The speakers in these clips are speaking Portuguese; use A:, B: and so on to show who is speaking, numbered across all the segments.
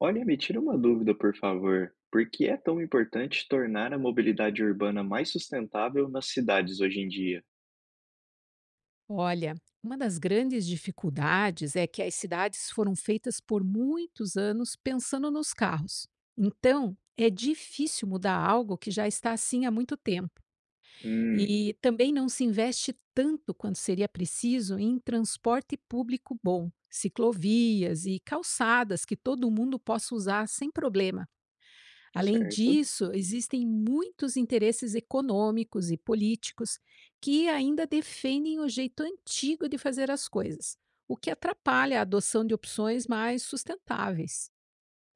A: Olha, me tira uma dúvida, por favor. Por que é tão importante tornar a mobilidade urbana mais sustentável nas cidades hoje em dia?
B: Olha, uma das grandes dificuldades é que as cidades foram feitas por muitos anos pensando nos carros. Então, é difícil mudar algo que já está assim há muito tempo.
A: Hum,
B: E também não se investe tanto quanto seria preciso em transporte público bom, ciclovias e calçadas que todo mundo possa usar sem problema. Além
A: certo.
B: disso, existem muitos interesses econômicos e políticos que ainda defendem o jeito antigo de fazer as coisas, o que atrapalha a adoção de opções mais sustentáveis.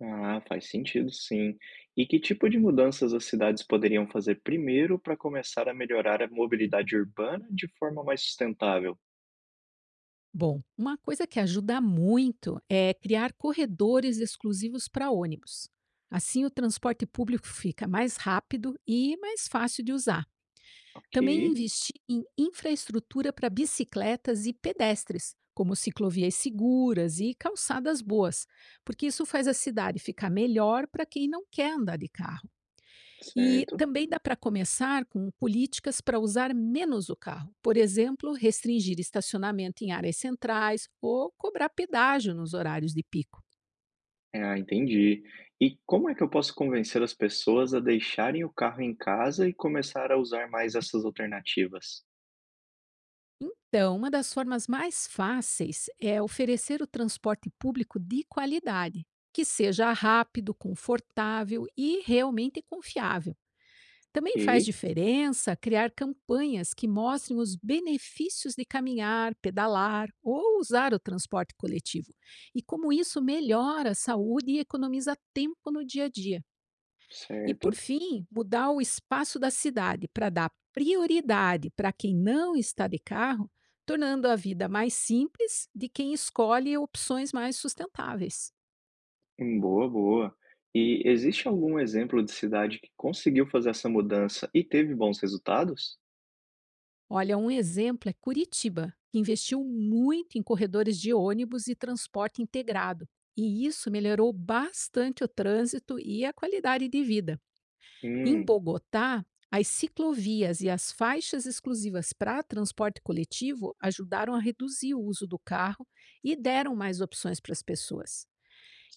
A: Ah, faz sentido, sim. E que tipo de mudanças as cidades poderiam fazer primeiro para começar a melhorar a mobilidade urbana de forma mais sustentável?
B: Bom, uma coisa que ajuda muito é criar corredores exclusivos para ônibus. Assim, o transporte público fica mais rápido e mais fácil de usar.
A: Ok,
B: Também investir em infraestrutura para bicicletas e pedestres, como ciclovias seguras e calçadas boas, porque isso faz a cidade ficar melhor para quem não quer andar de carro. E
A: certo.
B: também dá para começar com políticas para usar menos o carro, por exemplo, restringir estacionamento em áreas centrais ou cobrar pedágio nos horários de pico.
A: Ah, entendi. E como é que eu posso convencer as pessoas a deixarem o carro em casa e começar a usar mais essas alternativas?
B: Então, uma das formas mais fáceis é oferecer o transporte público de qualidade, que seja rápido, confortável e realmente confiável.
A: Ok,
B: Também faz diferença criar campanhas que mostrem os benefícios de caminhar, pedalar ou usar o transporte coletivo e como isso melhora a saúde e economiza tempo no dia a dia. E, por
A: certo.
B: fim, mudar o espaço da cidade para dar prioridade para quem não está de carro, tornando a vida mais simples de quem escolhe opções mais sustentáveis.
A: Boa, boa. E existe algum exemplo de cidade que conseguiu fazer essa mudança e teve bons resultados?
B: Olha, um exemplo é Curitiba, que investiu muito em corredores de ônibus e transporte integrado. E isso melhorou bastante o trânsito e a qualidade de vida. Em
A: Hum,
B: Bogotá, as ciclovias e as faixas exclusivas para transporte coletivo ajudaram a reduzir o uso do carro e deram mais opções para as pessoas.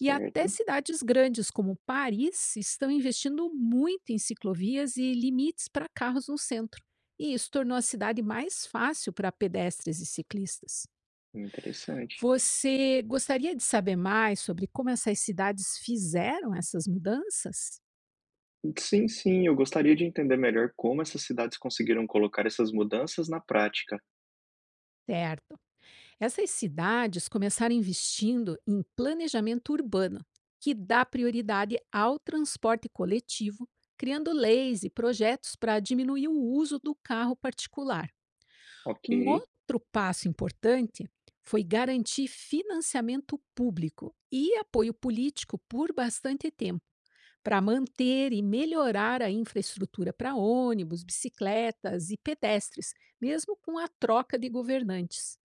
B: E até cidades grandes como Paris estão investindo muito em ciclovias e limites para carros no centro. E isso tornou a cidade mais fácil para pedestres e ciclistas.
A: Interessante.
B: Você gostaria de saber mais sobre como essas cidades fizeram essas mudanças?
A: Sim, sim, eu gostaria de entender melhor como essas cidades conseguiram colocar essas mudanças na prática.
B: Certo. Essas cidades começaram investindo em planejamento urbano, que dá prioridade ao transporte coletivo, criando leis e projetos para diminuir o uso do carro particular.
A: Ok,
B: Um outro passo importante foi garantir financiamento público e apoio político por bastante tempo, para manter e melhorar a infraestrutura para ônibus, bicicletas e pedestres, mesmo com a troca de governantes.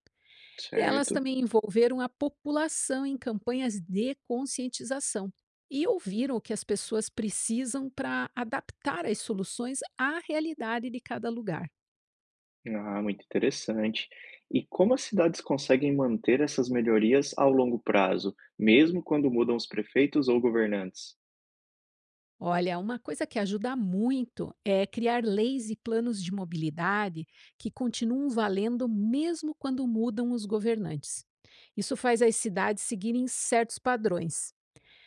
B: E elas
A: certo.
B: também envolveram a população em campanhas de conscientização e ouviram o que as pessoas precisam para adaptar as soluções à realidade de cada lugar.
A: Ah, muito interessante. E como as cidades conseguem manter essas melhorias ao longo prazo, mesmo quando mudam os prefeitos ou governantes?
B: Olha, uma coisa que ajuda muito é criar leis e planos de mobilidade que continuam valendo mesmo quando mudam os governantes. Isso faz as cidades seguirem certos padrões.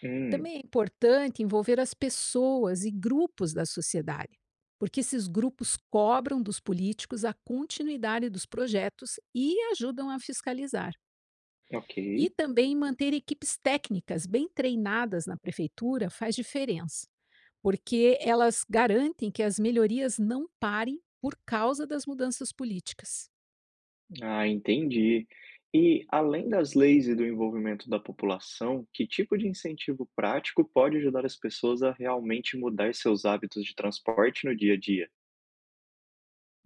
A: Hum,
B: Também é importante envolver as pessoas e grupos da sociedade, porque esses grupos cobram dos políticos a continuidade dos projetos e ajudam a fiscalizar.
A: ok.
B: E também manter equipes técnicas bem treinadas na prefeitura faz diferença, porque elas garantem que as melhorias não parem por causa das mudanças políticas.
A: Ah, entendi. E além das leis e do envolvimento da população, que tipo de incentivo prático pode ajudar as pessoas a realmente mudar seus hábitos de transporte no dia a dia?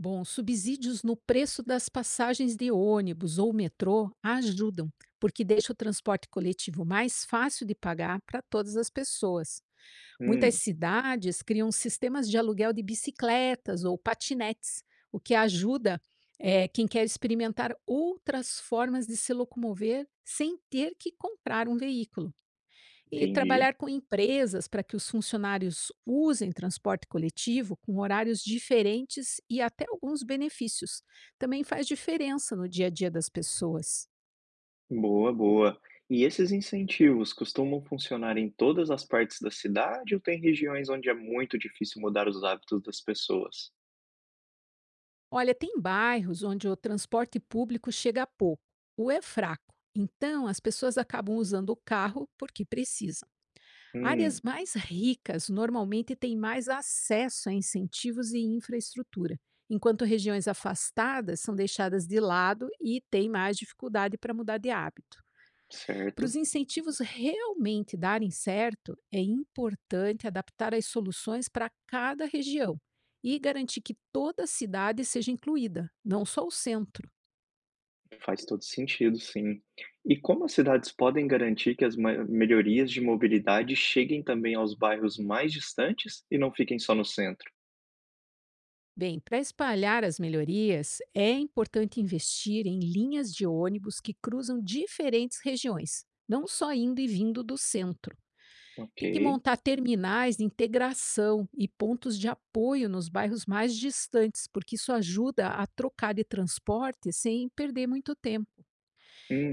B: Bom, subsídios no preço das passagens de ônibus ou metrô ajudam, porque deixa o transporte coletivo mais fácil de pagar para todas as pessoas. Muitas
A: Hum,
B: cidades criam sistemas de aluguel de bicicletas ou patinetes, o que ajuda quem quer experimentar outras formas de se locomover sem ter que comprar um veículo. E
A: entendi.
B: trabalhar com empresas para que os funcionários usem transporte coletivo com horários diferentes e até alguns benefícios. Também faz diferença no dia a dia das pessoas.
A: Boa, boa. E esses incentivos costumam funcionar em todas as partes da cidade ou tem regiões onde é muito difícil mudar os hábitos das pessoas?
B: Olha, tem bairros onde o transporte público chega pouco, ou é fraco. Então, as pessoas acabam usando o carro porque precisam.
A: Hum,
B: Áreas mais ricas normalmente têm mais acesso a incentivos e infraestrutura, enquanto regiões afastadas são deixadas de lado e têm mais dificuldade para mudar de hábito. Para os
A: certo.
B: incentivos realmente darem certo, é importante adaptar as soluções para cada região e garantir que toda a cidade seja incluída, não só o centro.
A: Faz todo sentido, sim. E como as cidades podem garantir que as melhorias de mobilidade cheguem também aos bairros mais distantes e não fiquem só no centro?
B: Bem, para espalhar as melhorias, é importante investir em linhas de ônibus que cruzam diferentes regiões, não só indo e vindo do centro.
A: Ok.
B: Tem que montar terminais de integração e pontos de apoio nos bairros mais distantes, porque isso ajuda a trocar de transporte sem perder muito tempo.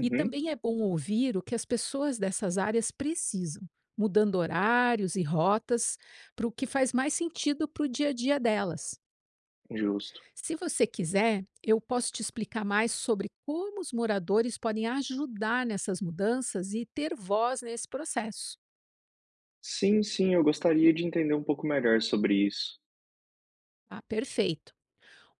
B: E também é bom ouvir o que as pessoas dessas áreas precisam, mudando horários e rotas para o que faz mais sentido para o dia a dia delas.
A: justo.
B: Se você quiser, eu posso te explicar mais sobre como os moradores podem ajudar nessas mudanças e ter voz nesse processo.
A: Sim, sim, eu gostaria de entender um pouco melhor sobre isso.
B: Tá? Perfeito.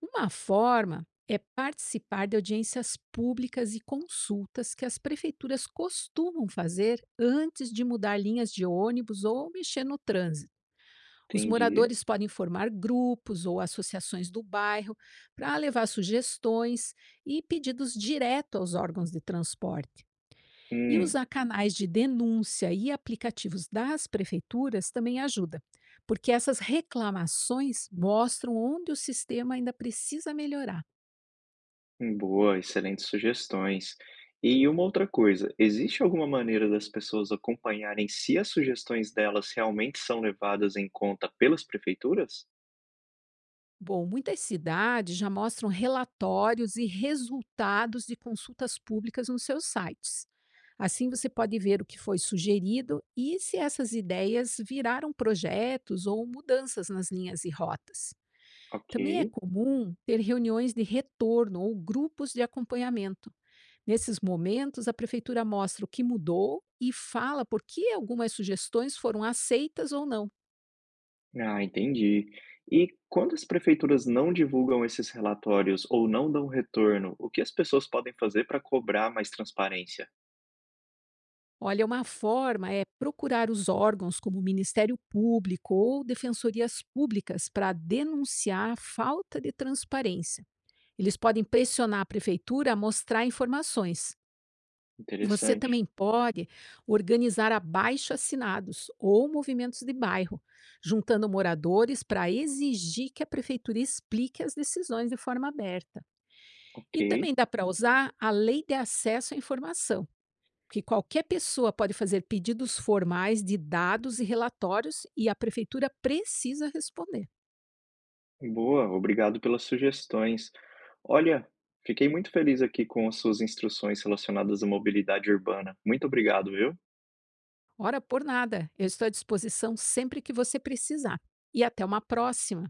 B: Uma forma é participar de audiências públicas e consultas que as prefeituras costumam fazer antes de mudar linhas de ônibus ou mexer no trânsito. Os
A: Entendi.
B: moradores podem formar grupos ou associações do bairro para levar sugestões e pedidos direto aos órgãos de transporte. E
A: Hum,
B: usar canais de denúncia e aplicativos das prefeituras também ajuda, porque essas reclamações mostram onde o sistema ainda precisa melhorar.
A: boa, excelentes sugestões. E uma outra coisa, existe alguma maneira das pessoas acompanharem se as sugestões delas realmente são levadas em conta pelas prefeituras?
B: Bom, muitas cidades já mostram relatórios e resultados de consultas públicas nos seus sites. Assim você pode ver o que foi sugerido e se essas ideias viraram projetos ou mudanças nas linhas e rotas.
A: Ok.
B: Também é comum ter reuniões de retorno ou grupos de acompanhamento. Nesses momentos, a prefeitura mostra o que mudou e fala por que algumas sugestões foram aceitas ou não.
A: Ah, entendi. E quando as prefeituras não divulgam esses relatórios ou não dão retorno, o que as pessoas podem fazer para cobrar mais transparência?
B: Olha, uma forma é procurar os órgãos como o Ministério Público ou defensorias públicas para denunciar a falta de transparência. Eles podem pressionar a prefeitura a mostrar informações. Você
A: Interessante.
B: também pode organizar abaixo-assinados ou movimentos de bairro, juntando moradores para exigir que a prefeitura explique as decisões de forma aberta.
A: Ok.
B: E também dá para usar a lei de acesso à informação, que qualquer pessoa pode fazer pedidos formais de dados e relatórios e a prefeitura precisa responder.
A: Boa, obrigado pelas sugestões. Olha, fiquei muito feliz aqui com as suas instruções relacionadas à mobilidade urbana. Muito obrigado, viu?
B: Ora por nada, eu estou à disposição sempre que você precisar. E até uma próxima!